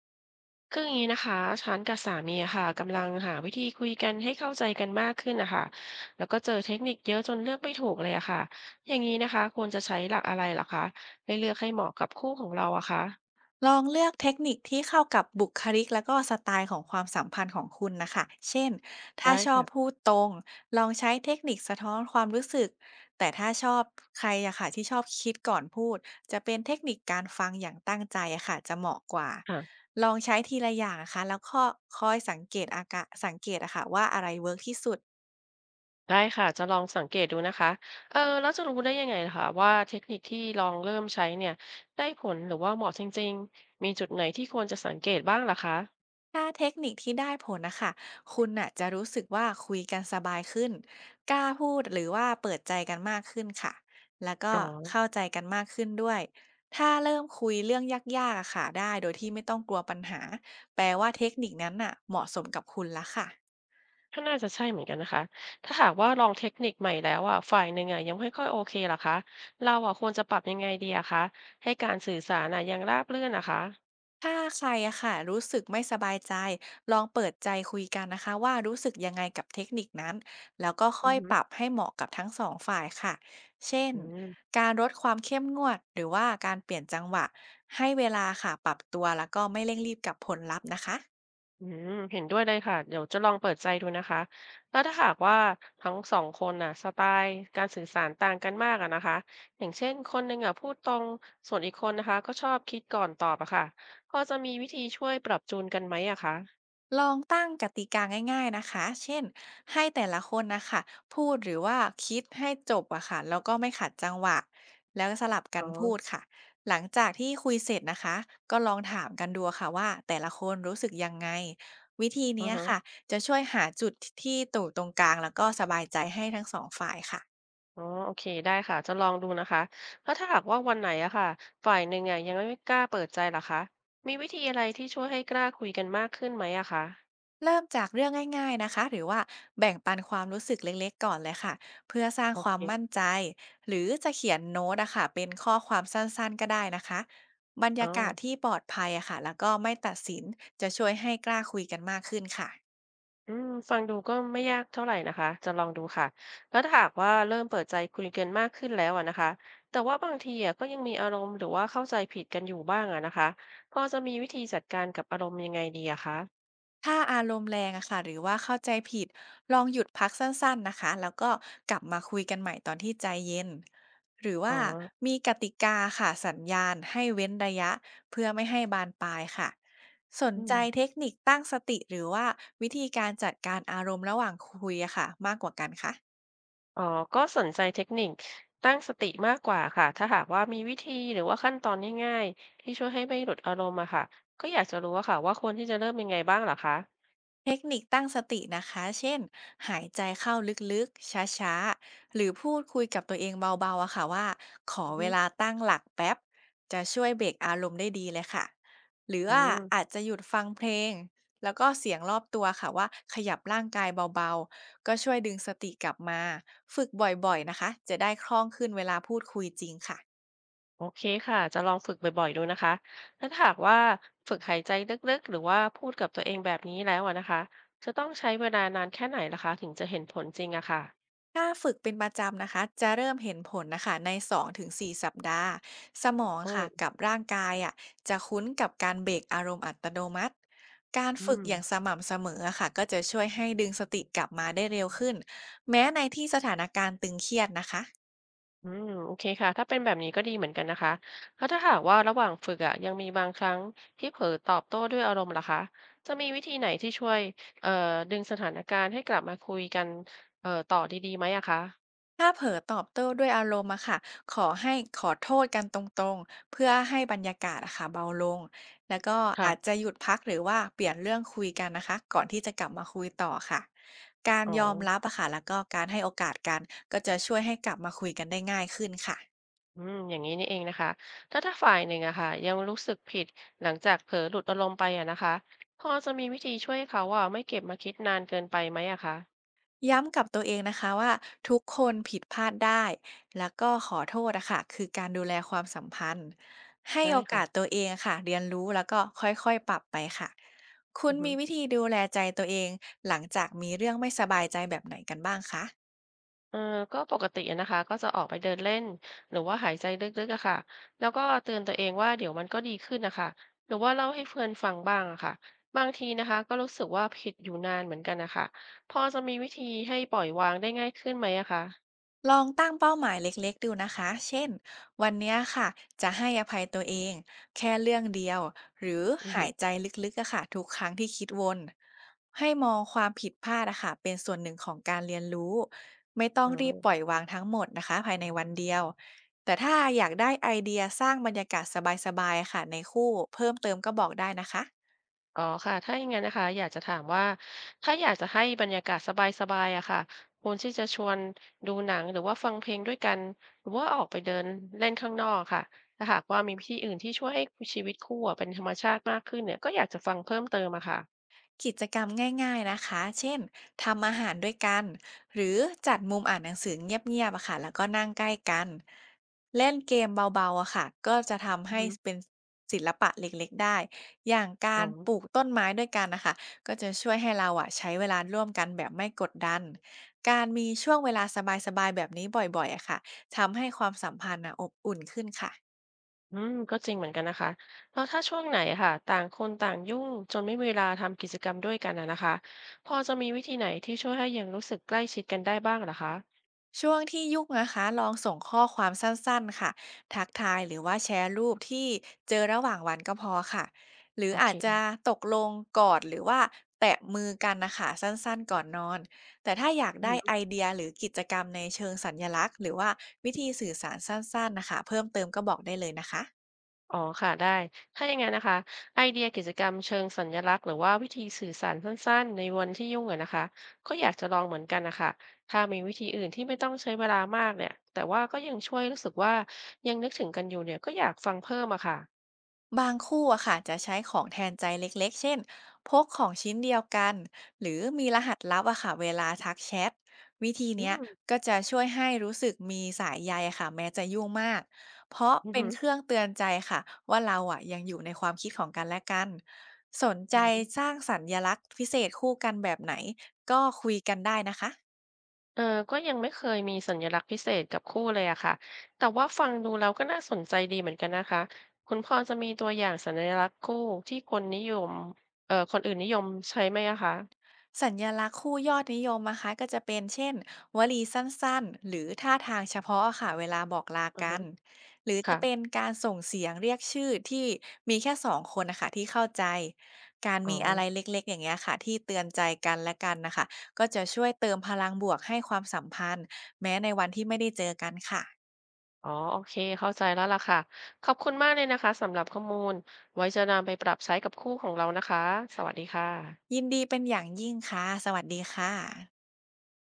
คืออย่างนี้นะคะฉันกับสามีอะค่ะกำลังหาวิธีคุยกันให้เข้าใจกันมากขึ้นนะคะแล้วก็เจอเทคนิคเยอะจนเลือกไม่ถูกเลยอะค่ะอย่างนี้นะคะควรจะใช้หลักอะไรเหรอคะให้เลือกให้เหมาะกับคู่ของเราอะคะลองเลือกเทคนิคที่เข้ากับบุคลิกแล้วก็สไตล์ของความสัมพันธ์ของคุณนะคะ เช่น ถ้าได้ชอบค่ะพูดตรงลองใช้เทคนิคสะท้อนความรู้สึก แต่ถ้าชอบใครอะค่ะที่ชอบคิดก่อนพูด จะเป็นเทคนิคการฟังอย่างตั้งใจอะค่ะจะเหมาะกว่าค่ะลองใช้ทีละอย่างนะคะแล้วก็คอยสังเกตอะค่ะว่าอะไรเวิร์กที่สุด ได้ค่ะจะลองสังเกตดูนะคะเออแล้วจะรู้ได้ยังไงล่ะคะว่าเทคนิคที่ลองเริ่มใช้เนี่ยได้ผลหรือว่าเหมาะจริงๆมีจุดไหนที่ควรจะสังเกตบ้างล่ะคะถ้าเทคนิคที่ได้ผลนะคะคุณน่ะจะรู้สึกว่าคุยกันสบายขึ้นกล้าพูดหรือว่าเปิดใจกันมากขึ้นค่ะแล้วก็อ๋อ เข้าใจกันมากขึ้นด้วยถ้าเริ่มคุยเรื่องยากๆอะค่ะได้โดยที่ไม่ต้องกลัวปัญหาแปลว่าเทคนิคนั้นน่ะเหมาะสมกับคุณละค่ะ ก็น่าจะใช่เหมือนกันนะคะ ถ้าหากว่าลองเทคนิคใหม่แล้วอ่ะฝ่ายหนึ่งอ่ะยังไม่ค่อยโอเคเหรอคะเราอ่ะควรจะปรับยังไงดีอะคะให้การสื่อสารอ่ะยังราบรื่นนะคะถ้าใครอะค่ะรู้สึกไม่สบายใจลองเปิดใจคุยกันนะคะว่ารู้สึกยังไงกับเทคนิคนั้นแล้วก็ค่อืออยหือปรับให้เหมาะกับทั้งสองฝ่ายค่ะเช่นอืมการลดความเข้มงวดหรือว่าการเปลี่ยนจังหวะให้เวลาค่ะปรับตัวแล้วก็ไม่เร่งรีบกับผลลัพธ์นะคะ อืมเห็นด้วยเลยค่ะเดี๋ยวจะลองเปิดใจดูนะคะแล้วถ้าหากว่าทั้งสองคนน่ะสไตล์การสื่อสารต่างกันมากอะนะคะอย่างเช่นคนหนึ่งอ่ะพูดตรงส่วนอีกคนนะคะก็ชอบคิดก่อนตอบอะค่ะพอจะมีวิธีช่วยปรับจูนกันไหมอะคะลองตั้งกติกาง่ายๆนะคะ เช่นให้แต่ละคนนะคะ พูดหรือว่าคิดให้จบอะค่ะแล้วก็ไม่ขัดจังหวะแล้วก็สลับกัอ๋อนพูดค่ะหลังจากที่คุยเสร็จนะคะก็ลองถามกันดูค่ะว่าแต่ละคนรู้สึกยังไง วิธีอืเนี้อยฮะ ค่ะจะช่วยหาจุดที่ตู่ตรงกลางแล้วก็สบายใจให้ทั้งสองฝ่ายค่ะ อ๋อโอเค ได้ค่ะ จะลองดูนะคะ แล้วถ้าหากว่าวันไหนอะค่ะฝ่ายหนึ่งอะยังไม่กล้าเปิดใจล่ะคะมีวิธีอะไรที่ช่วยให้กล้าคุยกันมากขึ้นไหมอะคะเริ่มจากเรื่องง่ายๆนะคะหรือว่าแบ่งปันความรู้สึกเล็กๆก่อนเลยค่ะเพื่อสร้างโอควาเคมมั่นใจหรือจะเขียนโน้ตอะค่ะเป็นข้อความสั้นๆก็ได้นะคะบรรอ๋อยากาศที่ปลอดภัยอะค่ะแล้วก็ไม่ตัดสินจะช่วยให้กล้าคุยกันมากขึ้นค่ะ อืมฟังดูก็ไม่ยากเท่าไหร่นะคะจะลองดูค่ะแล้วถ้าหากว่าเริ่มเปิดใจคุยกันมากขึ้นแล้วอะนะคะแต่ว่าบางทีอะก็ยังมีอารมณ์หรือว่าเข้าใจผิดกันอยู่บ้างอะนะคะพอจะมีวิธีจัดการกับอารมณ์ยังไงดีอะคะถ้าอารมณ์แรงอะค่ะหรือว่าเข้าใจผิดลองหยุดพักสั้นๆนะคะแล้วก็กลับมาคุยกันใหม่ตอนที่ใจเย็นหรืออ๋ว่าอมีกติกาค่ะสัญญาณให้เว้นระยะเพื่อไม่ให้บานปลายค่ะสนอืใจม เทคนิคตั้งสติหรือว่าวิธีการจัดการอารมณ์ระหว่างคุยอะค่ะมากกว่ากันคะ อ๋อก็สนใจเทคนิคตั้งสติมากกว่าค่ะถ้าหากว่ามีวิธีหรือว่าขั้นตอนง่ายๆที่ช่วยให้ไม่หลุดอารมณ์อะค่ะก็อยากจะรู้อะค่ะว่าควรที่จะเริ่มยังไงบ้างเหรอคะเทคนิคตั้งสตินะคะ เช่น หายใจเข้าลึกๆ ช้าๆ หรือพูดคุยกับตัวเองเบาๆอะค่ะว่าขออือเวฮึลาตั้งหลักแป๊บ จะช่วยเบรกอารมณ์ได้ดีเลยค่ะ หรืออืว่าอาจมจะหยุดฟังเพลง แล้วก็เสียงรอบตัวค่ะว่าขยับร่างกายเบาๆ ก็ช่วยดึงสติกลับมา ฝึกบ่อยๆนะคะจะได้คล่องขึ้นเวลาพูดคุยจริงค่ะ โอเคค่ะจะลองฝึกบ่อยๆดูนะคะแล้วถ้าหากว่าฝึกหายใจลึกๆหรือว่าพูดกับตัวเองแบบนี้แล้วอะนะคะ จะต้องใช้เวลานานแค่ไหนล่ะคะถึงจะเห็นผลจริงอะค่ะถ้าฝึกเป็นประจำนะคะจะเริ่มเห็นผลนะคะใน2-4สสัปดาห์สมองอืค่ะมกับร่างกายอ่ะจะคุ้นกับการเบรกอารมณ์อัตโนมัติการอืฝึกม อย่างสม่ำเสมอค่ะก็จะช่วยให้ดึงสติกลับมาได้เร็วขึ้นแม้ในที่สถานการณ์ตึงเครียดนะคะ อืมโอเคค่ะถ้าเป็นแบบนี้ก็ดีเหมือนกันนะคะแล้วถ้าหากว่าระหว่างฝึกอะยังมีบางครั้งที่เผลอตอบโต้ด้วยอารมณ์ล่ะคะจะมีวิธีไหนที่ช่วยเอ่อดึงสถานการณ์ให้กลับมาคุยกันต่อดีๆไหมอะคะถ้าเผลอตอบโต้ด้วยอารมณ์อะค่ะขอให้ขอโทษกันตรงๆ เพื่อให้บรรยากาศอะค่ะเบาลง แล้วก็อาจค่ะจะหยุดพักหรือว่าเปลี่ยนเรื่องคุยกันนะคะ ก่อนที่จะกลับมาคุยต่อค่ะ การอ๋อยอมรับอะค่ะ แล้วก็การให้โอกาสกัน ก็จะช่วยให้กลับมาคุยกันได้ง่ายขึ้นค่ะ อืมอย่างนี้นี่เองนะคะถ้าฝ่ายหนึ่งอะค่ะยังรู้สึกผิดหลังจากเผลอหลุดอารมณ์ไปอะนะคะพอจะมีวิธีช่วยเขาว่าไม่เก็บมาคิดนานเกินไปไหมอะคะย้ำกับตัวเองนะคะว่าทุกคนผิดพลาดได้แล้วก็ขอโทษอะค่ะคือการดูแลความสัมพันธ์ให้ได้โอกาค่ะ สตัวเองอะค่ะเรียนรู้แล้วก็ค่อยๆปรับไปค่ะคุณมีวิธีดูแลใจตัวเองหลังจากมีเรื่องไม่สบายใจแบบไหนกันบ้างคะ เออก็ปกติอะนะคะก็จะออกไปเดินเล่นหรือว่าหายใจลึกๆอะค่ะแล้วก็เตือนตัวเองว่าเดี๋ยวมันก็ดีขึ้นนะค่ะหรือว่าเล่าให้เพื่อนฟังบ้างอะค่ะบางทีนะคะก็รู้สึกว่าผิดอยู่นานเหมือนกันนะคะพอจะมีวิธีให้ปล่อยวางได้ง่ายขึ้นไหมอะคะลองตั้งเป้าหมายเล็กๆดูนะคะเช่นวันเนี้ยค่ะจะให้อภัยตัวเองแค่เรื่องเดียวหรืออือหาฮึยใจลึกๆอะค่ะทุกครั้งที่คิดวน ให้มองความผิดพลาดอะค่ะเป็นส่วนหนึ่งของการเรียนรู้ไม่ต้องอ๋รีบปอ ล่อยวางทั้งหมดนะคะภายในวันเดียว แต่ถ้าอยากได้ไอเดียสร้างบรรยากาศสบายๆอะค่ะในคู่เพิ่มเติมก็บอกได้นะคะ อ๋อค่ะถ้าอย่างนั้นนะคะอยากจะถามว่าถ้าอยากจะให้บรรยากาศสบายๆอะค่ะควรที่จะชวนดูหนังหรือว่าฟังเพลงด้วยกันหรือว่าออกไปเดินเล่นข้างนอกค่ะถ้าหากว่ามีวิธีอื่นที่ช่วยให้ชีวิตคู่อะเป็นธรรมชาติมากขึ้นเนี่ยก็อยากจะฟังเพิ่มเติมอะค่ะกิจกรรมง่ายๆนะคะ เช่น ทำอาหารด้วยกัน หรือจัดมุมอ่านหนังสือเงียบๆอะค่ะแล้วก็นั่งใกล้กัน เล่นเกมเบาๆอะค่ะก็จะทำอือให้ฮึเป็นศิลปะเล็กๆได้ อย่างกาอ๋รอปลูกต้นไม้ด้วยกันนะคะก็จะช่วยให้เราอะใช้เวลาร่วมกันแบบไม่กดดัน การมีช่วงเวลาสบายๆแบบนี้บ่อยๆอะค่ะทำให้ความสัมพันธ์อะอบอุ่นขึ้นค่ะ อืมก็จริงเหมือนกันนะคะแล้วถ้าช่วงไหนอะค่ะต่างคนต่างยุ่งจนไม่มีเวลาทำกิจกรรมด้วยกันอะนะคะพอจะมีวิธีไหนที่ช่วยให้ยังรู้สึกใกล้ชิดกันได้บ้างเหรอคะช่วงที่ยุ่งนะคะลองส่งข้อความสั้นๆค่ะทักทายหรือว่าแชร์รูปที่เจอระหว่างวันก็พอค่ะหรือโออาเค จจะตกลงกอดหรือว่าแตะมือกันนะคะสั้นๆก่อนนอนแต่ถ้าอยากได้ไอเดียหรือกิจกรรมในเชิงสัญลักษณ์หรือว่าวิธีสื่อสารสั้นๆนะคะเพิ่มเติมก็บอกได้เลยนะคะ อ๋อค่ะได้ ถ้าอย่างนั้นนะคะไอเดียกิจกรรมเชิงสัญลักษณ์หรือว่าวิธีสื่อสารสั้นๆในวันที่ยุ่งอะนะคะก็อยากจะลองเหมือนกันนะคะถ้ามีวิธีอื่นที่ไม่ต้องใช้เวลามากเนี่ยแต่ว่าก็ยังช่วยรู้สึกว่ายังนึกถึงกันอยู่เนี่ยก็อยากฟังเพิ่มอะค่ะบางคู่อะค่ะจะใช้ของแทนใจเล็กๆ เช่นพกของชิ้นเดียวกันหรือมีรหัสลับอะค่ะเวลาทักแชทวิธีอืเนี้ยมก็จะช่วยให้รู้สึกมีสายใยอะค่ะแม้จะยุ่งมากเพราะอือเป็นหือเครื่องเตือนใจค่ะว่าเราอะยังอยู่ในความคิดของกันและกันสนใจอืสมร้างสัญลักษณ์พิเศษคู่กันแบบไหนก็คุยกันได้นะคะ เออก็ยังไม่เคยมีสัญลักษณ์พิเศษกับคู่เลยอะค่ะแต่ว่าฟังดูแล้วก็น่าสนใจดีเหมือนกันนะคะคุณพอจะมีตัวอย่างสัญลักษณ์คู่ที่คนนิยมคนอื่นนิยมใช้ไหมอะคะ สัญลักษณ์คู่ยอดนิยมนะคะก็จะเป็นเช่นวลีสั้นๆหรือท่าทางเฉพาะค่ะเวลาบอกลากันหรือจะเป็นค่ะการส่งเสียงเรียกชื่อที่มีแค่สองคนนะคะที่เข้าใจการอ๋อมีอะไรเล็กๆอย่างเงี้ยค่ะที่เตือนใจกันและกันนะคะก็จะช่วยเติมพลังบวกให้ความสัมพันธ์แม้ในวันที่ไม่ได้เจอกันค่ะอ๋อโอเคเข้าใจแล้วล่ะค่ะ ขอบคุณมากเลยนะคะสำหรับข้อมูลไว้จะนำไปปรับใช้กับคู่ของเรานะคะ สวัสดีค่ะยินดีเป็นอย่างยิ่งค่ะสวัสดีค่ะ